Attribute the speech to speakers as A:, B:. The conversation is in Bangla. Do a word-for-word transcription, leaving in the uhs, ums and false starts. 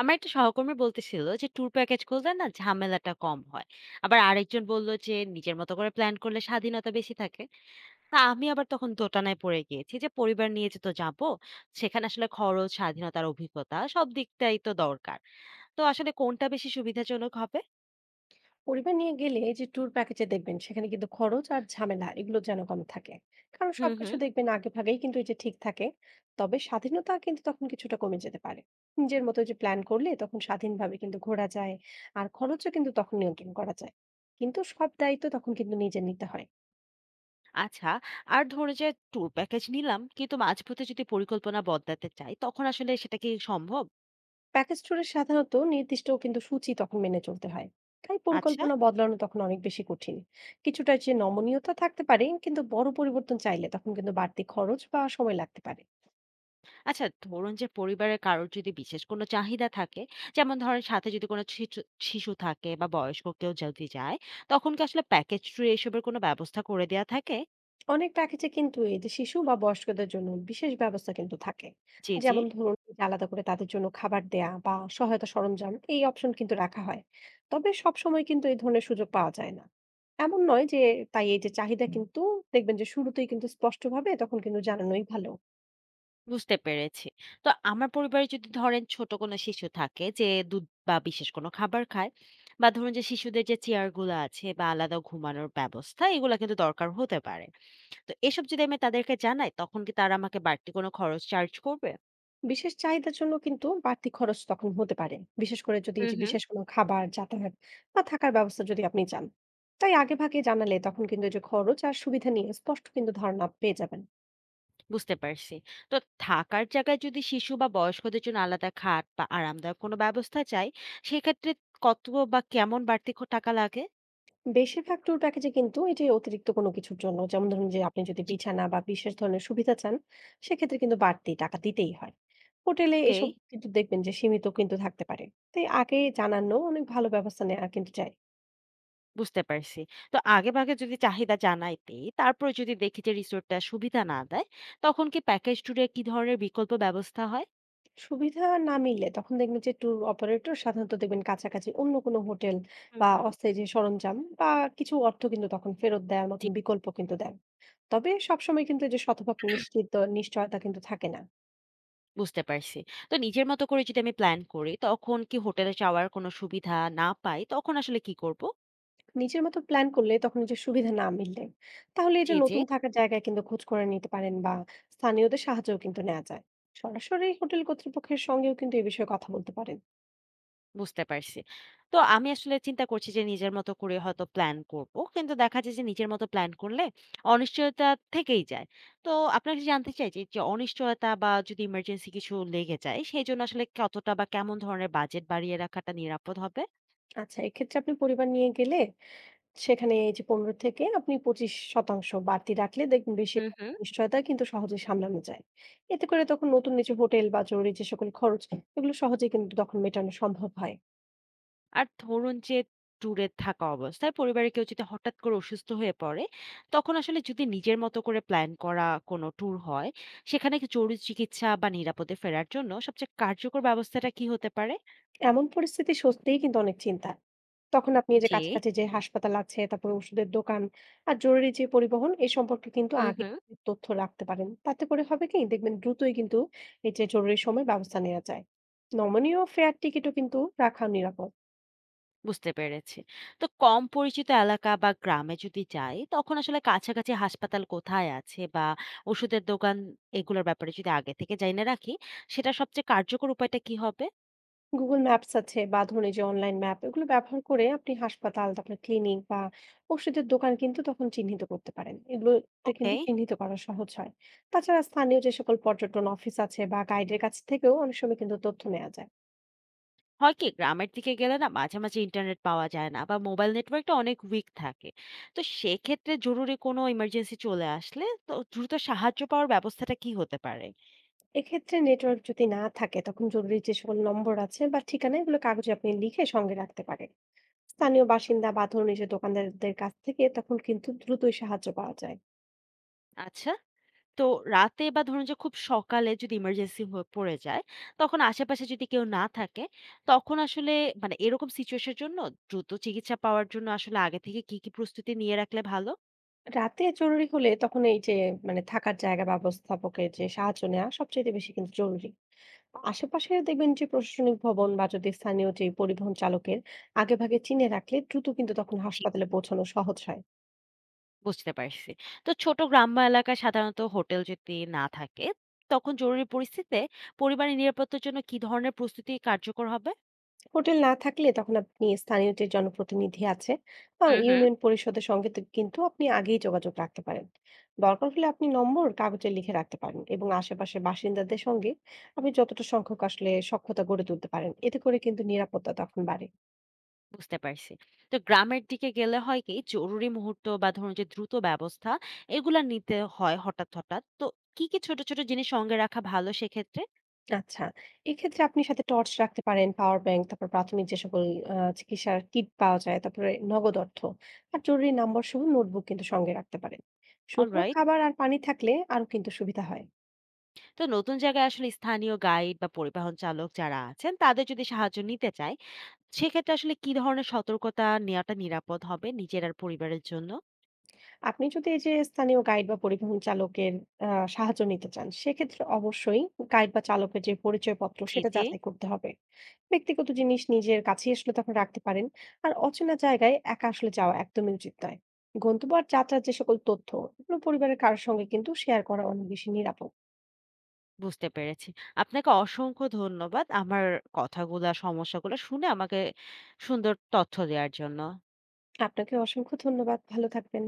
A: আমার একটা সহকর্মী বলতেছিল যে ট্যুর প্যাকেজ করলে না ঝামেলাটা কম হয়। আবার আরেকজন বলল যে নিজের মতো করে প্ল্যান করলে স্বাধীনতা বেশি থাকে। তা আমি আবার তখন দোটানায় পড়ে গিয়েছি যে পরিবার নিয়ে যে তো যাবো, সেখানে আসলে খরচ, স্বাধীনতার অভিজ্ঞতা সব দিকটাই তো দরকার। তো আসলে কোনটা বেশি সুবিধাজনক হবে?
B: পরিবার নিয়ে গেলে এই যে ট্যুর প্যাকেজে দেখবেন সেখানে কিন্তু খরচ আর ঝামেলা এগুলো যেন কম থাকে। কারণ
A: হুম,
B: সবকিছু
A: হুম।
B: দেখবেন আগে ভাগেই কিন্তু এই যে ঠিক থাকে। তবে স্বাধীনতা কিন্তু তখন কিছুটা কমে যেতে পারে। নিজের মতো যে প্ল্যান করলে তখন স্বাধীনভাবে কিন্তু ঘোরা যায়, আর খরচও কিন্তু তখন নিয়ন্ত্রণ করা যায়, কিন্তু সব দায়িত্ব তখন কিন্তু নিজে নিতে হয়।
A: আচ্ছা, আর ধরে যে ট্যুর প্যাকেজ নিলাম, কিন্তু মাঝপথে যদি পরিকল্পনা বদলাতে চাই, তখন আসলে সেটা কি সম্ভব?
B: প্যাকেজ ট্যুরে সাধারণত নির্দিষ্ট কিন্তু সূচি তখন মেনে চলতে হয়, তাই
A: আচ্ছা,
B: পরিকল্পনা বদলানো তখন অনেক বেশি কঠিন। কিছুটা যে নমনীয়তা থাকতে পারে, কিন্তু বড় পরিবর্তন চাইলে তখন কিন্তু বাড়তি খরচ বা সময় লাগতে পারে।
A: আচ্ছা ধরুন যে পরিবারের কারোর যদি বিশেষ কোনো চাহিদা থাকে, যেমন ধরেন সাথে যদি কোনো শিশু শিশু থাকে বা বয়স্ক কেউ যদি যায়, তখন কি আসলে প্যাকেজ ট্যুর এসবের কোনো ব্যবস্থা করে দেওয়া থাকে?
B: অনেক প্যাকেজে কিন্তু এই যে শিশু বা বয়স্কদের জন্য বিশেষ ব্যবস্থা কিন্তু থাকে।
A: জি, জি।
B: যেমন ধরুন এই যে আলাদা করে তাদের জন্য খাবার দেয়া বা সহায়তা সরঞ্জাম এই অপশন কিন্তু রাখা হয়। তবে সব সময় কিন্তু এই ধরনের সুযোগ পাওয়া যায় না, এমন নয় যে। তাই এই যে চাহিদা কিন্তু দেখবেন যে শুরুতেই কিন্তু স্পষ্টভাবে তখন কিন্তু জানানোই ভালো।
A: বুঝতে পেরেছি। তো আমার পরিবারে যদি ধরেন ছোট কোনো শিশু থাকে যে দুধ বা বিশেষ কোনো খাবার খায়, বা ধরুন যে শিশুদের যে চেয়ার গুলো আছে বা আলাদা ঘুমানোর ব্যবস্থা এগুলো কিন্তু দরকার হতে পারে। তো এসব যদি আমি তাদেরকে জানাই, তখন কি তারা আমাকে বাড়তি কোনো খরচ চার্জ করবে?
B: বিশেষ চাহিদার জন্য কিন্তু বাড়তি খরচ তখন হতে পারে, বিশেষ করে যদি এই
A: হুম,
B: যে
A: হুম।
B: বিশেষ কোনো খাবার, যাতায়াত বা থাকার ব্যবস্থা যদি আপনি চান। তাই আগে ভাগে জানালে তখন কিন্তু এই যে খরচ আর সুবিধা নিয়ে স্পষ্ট কিন্তু ধারণা পেয়ে যাবেন।
A: বুঝতে পারছি। তো থাকার জায়গায় যদি শিশু বা বয়স্কদের জন্য আলাদা খাট বা আরামদায়ক কোনো ব্যবস্থা চাই, সেক্ষেত্রে কত বা কেমন বাড়তি খ টাকা লাগে?
B: বেশিরভাগ ট্যুর প্যাকেজে কিন্তু এটি অতিরিক্ত কোনো কিছুর জন্য, যেমন ধরুন যে আপনি যদি
A: জি।
B: বিছানা বা বিশেষ ধরনের সুবিধা চান, সেক্ষেত্রে কিন্তু বাড়তি টাকা দিতেই হয়। হোটেলে
A: ওকেই।
B: এসব কিন্তু দেখবেন যে সীমিত কিন্তু থাকতে পারে। তাই আগে জানানো অনেক ভালো, ব্যবস্থা নেওয়া কিন্তু চাই।
A: বুঝতে পারছি। তো আগেভাগে যদি চাহিদা জানাই দেই, তারপরে যদি দেখি যে রিসোর্টটা সুবিধা না দেয়, তখন কি প্যাকেজ ট্যুরে কি ধরনের বিকল্প ব্যবস্থা হয়?
B: সুবিধা না মিললে তখন দেখবেন যে ট্যুর অপারেটর সাধারণত দেখবেন কাছাকাছি অন্য কোনো হোটেল
A: হুম,
B: বা
A: হুম।
B: অস্থায়ী যে সরঞ্জাম বা কিছু অর্থ কিন্তু তখন ফেরত দেওয়ার মতন
A: জি,
B: বিকল্প কিন্তু দেন। তবে সবসময় কিন্তু এই যে শতভাগ নিশ্চিত নিশ্চয়তা কিন্তু থাকে না।
A: বুঝতে পারছি। তো নিজের মতো করে যদি আমি প্ল্যান করি, তখন কি হোটেলে যাওয়ার কোনো সুবিধা না পাই, তখন আসলে কি করব?
B: নিজের মতো প্ল্যান করলে তখন এই যে সুবিধা না মিললে তাহলে এই যে
A: জি, জি।
B: নতুন থাকার জায়গায় কিন্তু খোঁজ করে নিতে পারেন, বা স্থানীয়দের সাহায্যও কিন্তু নেওয়া যায়। সরাসরি হোটেল কর্তৃপক্ষের সঙ্গেও কিন্তু এই বিষয়ে কথা বলতে পারেন।
A: বুঝতে পারছি। তো আমি আসলে চিন্তা করছি যে নিজের মতো করে হয়তো প্ল্যান করব। কিন্তু দেখা যায় যে নিজের মতো প্ল্যান করলে অনিশ্চয়তা থেকেই যায়। তো আপনার কাছে জানতে চাই যে, যে অনিশ্চয়তা বা যদি ইমার্জেন্সি কিছু লেগে যায় সেজন্য আসলে কতটা বা কেমন ধরনের বাজেট বাড়িয়ে রাখাটা নিরাপদ হবে?
B: আচ্ছা, এক্ষেত্রে আপনি পরিবার নিয়ে গেলে সেখানে এই যে পনেরো থেকে আপনি পঁচিশ শতাংশ বাড়তি রাখলে দেখবেন বেশি
A: হুম, হুম।
B: নিশ্চয়তা কিন্তু সহজে সামলানো যায়। এতে করে তখন নতুন নিচে হোটেল বা জরুরি যে সকল খরচ এগুলো সহজে কিন্তু তখন মেটানো সম্ভব হয়।
A: আর ধরুন যে ট্যুরে থাকা অবস্থায় পরিবারের কেউ যদি হঠাৎ করে অসুস্থ হয়ে পড়ে, তখন আসলে যদি নিজের মতো করে প্ল্যান করা কোনো ট্যুর হয়, সেখানে কি জরুরি চিকিৎসা বা নিরাপদে ফেরার জন্য সবচেয়ে কার্যকর ব্যবস্থাটা কি হতে পারে?
B: এমন পরিস্থিতি সত্যিই কিন্তু অনেক চিন্তার। তখন আপনি এই যে
A: জি।
B: কাছাকাছি যে হাসপাতাল আছে, তারপরে ওষুধের দোকান আর জরুরি যে পরিবহন এ সম্পর্কে কিন্তু
A: হু,
B: আগে
A: হু।
B: তথ্য রাখতে পারেন। তাতে করে হবে কি দেখবেন দ্রুতই কিন্তু এই যে জরুরি সময় ব্যবস্থা নেওয়া যায়। নমনীয় ফেয়ার টিকিটও কিন্তু রাখা নিরাপদ।
A: বুঝতে পেরেছি। তো কম পরিচিত এলাকা বা গ্রামে যদি যাই, তখন আসলে কাছাকাছি হাসপাতাল কোথায় আছে বা ওষুধের দোকান এগুলোর ব্যাপারে যদি আগে থেকে জেনে রাখি, সেটা সবচেয়ে কার্যকর উপায়টা কি হবে?
B: গুগল ম্যাপস আছে বা ধরুন এই যে অনলাইন ম্যাপ এগুলো ব্যবহার করে আপনি হাসপাতাল, তারপরে ক্লিনিক বা ওষুধের দোকান কিন্তু তখন চিহ্নিত করতে পারেন। এগুলোতে কিন্তু
A: ওকে।
B: চিহ্নিত করা সহজ হয়। তাছাড়া স্থানীয় যে সকল পর্যটন অফিস আছে বা গাইডের কাছ থেকেও অনেক সময় কিন্তু তথ্য নেওয়া যায়।
A: হয় কি গ্রামের দিকে গেলে না মাঝে, মাঝে ইন্টারনেট পাওয়া যায় না বা মোবাইল নেটওয়ার্কটা অনেক উইক থাকে। তো সেক্ষেত্রে জরুরি কোনো ইমার্জেন্সি চলে আসলে তো দ্রুত সাহায্য পাওয়ার ব্যবস্থাটা কি হতে পারে?
B: এক্ষেত্রে নেটওয়ার্ক যদি না থাকে তখন জরুরি যে সকল নম্বর আছে বা ঠিকানা এগুলো কাগজে আপনি লিখে সঙ্গে রাখতে পারেন। স্থানীয় বাসিন্দা বা ধরুন এই যে দোকানদারদের কাছ থেকে তখন কিন্তু দ্রুতই সাহায্য পাওয়া যায়।
A: আচ্ছা। তো রাতে বা ধরুন যে খুব সকালে যদি ইমার্জেন্সি হয়ে পড়ে যায়, তখন আশেপাশে যদি কেউ না থাকে, তখন আসলে মানে এরকম সিচুয়েশনের জন্য দ্রুত চিকিৎসা পাওয়ার জন্য আসলে আগে থেকে কি, কি প্রস্তুতি নিয়ে রাখলে ভালো?
B: রাতে জরুরি হলে তখন এই যে মানে থাকার জায়গা ব্যবস্থাপকের যে সাহায্য নেওয়া সবচেয়ে বেশি কিন্তু জরুরি। আশেপাশে দেখবেন যে প্রশাসনিক ভবন বা যদি স্থানীয় যে পরিবহন চালকের আগেভাগে চিনে রাখলে দ্রুত কিন্তু তখন
A: জি,
B: হাসপাতালে পৌঁছানো সহজ হয়।
A: বুঝতে পারছি। তো ছোট গ্রাম্য এলাকায় সাধারণত হোটেল যদি না থাকে, তখন জরুরি পরিস্থিতিতে পরিবারের নিরাপত্তার জন্য কি ধরনের প্রস্তুতি কার্যকর হবে?
B: হোটেল না থাকলে তখন আপনি স্থানীয় যে জনপ্রতিনিধি আছে বা
A: হুম, হুম।
B: ইউনিয়ন পরিষদের সঙ্গে তো কিন্তু আপনি আগেই যোগাযোগ রাখতে পারেন। দরকার হলে আপনি নম্বর কাগজে লিখে রাখতে পারেন, এবং আশেপাশের বাসিন্দাদের সঙ্গে আপনি যতটা সংখ্যক আসলে সখ্যতা গড়ে তুলতে পারেন, এতে করে কিন্তু নিরাপত্তা তখন বাড়ে।
A: বুঝতে পারছি। তো গ্রামের দিকে গেলে হয় কি জরুরি মুহূর্ত বা ধরুন যে দ্রুত ব্যবস্থা এগুলা নিতে হয় হঠাৎ, হঠাৎ। তো কি, কি ছোট, ছোট জিনিস সঙ্গে রাখা ভালো সেক্ষেত্রে?
B: আচ্ছা। এক্ষেত্রে আপনি সাথে টর্চ রাখতে পারেন, পাওয়ার ব্যাংক, তারপর প্রাথমিক যে সকল আ চিকিৎসার কিট পাওয়া যায়, তারপরে নগদ অর্থ আর জরুরি নাম্বার সহ নোটবুক কিন্তু সঙ্গে রাখতে পারেন। শুকনো
A: অলরাইট।
B: খাবার আর পানি থাকলে আরো কিন্তু সুবিধা হয়।
A: তো নতুন জায়গায় আসলে স্থানীয় গাইড বা পরিবহন চালক যারা আছেন তাদের যদি সাহায্য নিতে চায়, সেক্ষেত্রে আসলে কি ধরনের সতর্কতা নেওয়াটা নিরাপদ হবে নিজের আর পরিবারের জন্য?
B: আপনি যদি এই যে স্থানীয় গাইড বা পরিবহন চালকের আহ, সাহায্য নিতে চান সেক্ষেত্রে অবশ্যই গাইড বা চালকের যে পরিচয়পত্র
A: জি,
B: সেটা
A: জি।
B: যাচাই করতে হবে। ব্যক্তিগত জিনিস নিজের কাছেই আসলে তখন রাখতে পারেন। আর অচেনা জায়গায় একা আসলে যাওয়া একদমই উচিত নয়। গন্তব্য আর যাত্রার যে সকল তথ্য এগুলো পরিবারের কারোর সঙ্গে কিন্তু শেয়ার করা অনেক বেশি নিরাপদ।
A: বুঝতে পেরেছি। আপনাকে অসংখ্য ধন্যবাদ আমার কথাগুলা, সমস্যাগুলা শুনে আমাকে সুন্দর তথ্য দেওয়ার জন্য।
B: আপনাকে অসংখ্য ধন্যবাদ, ভালো থাকবেন।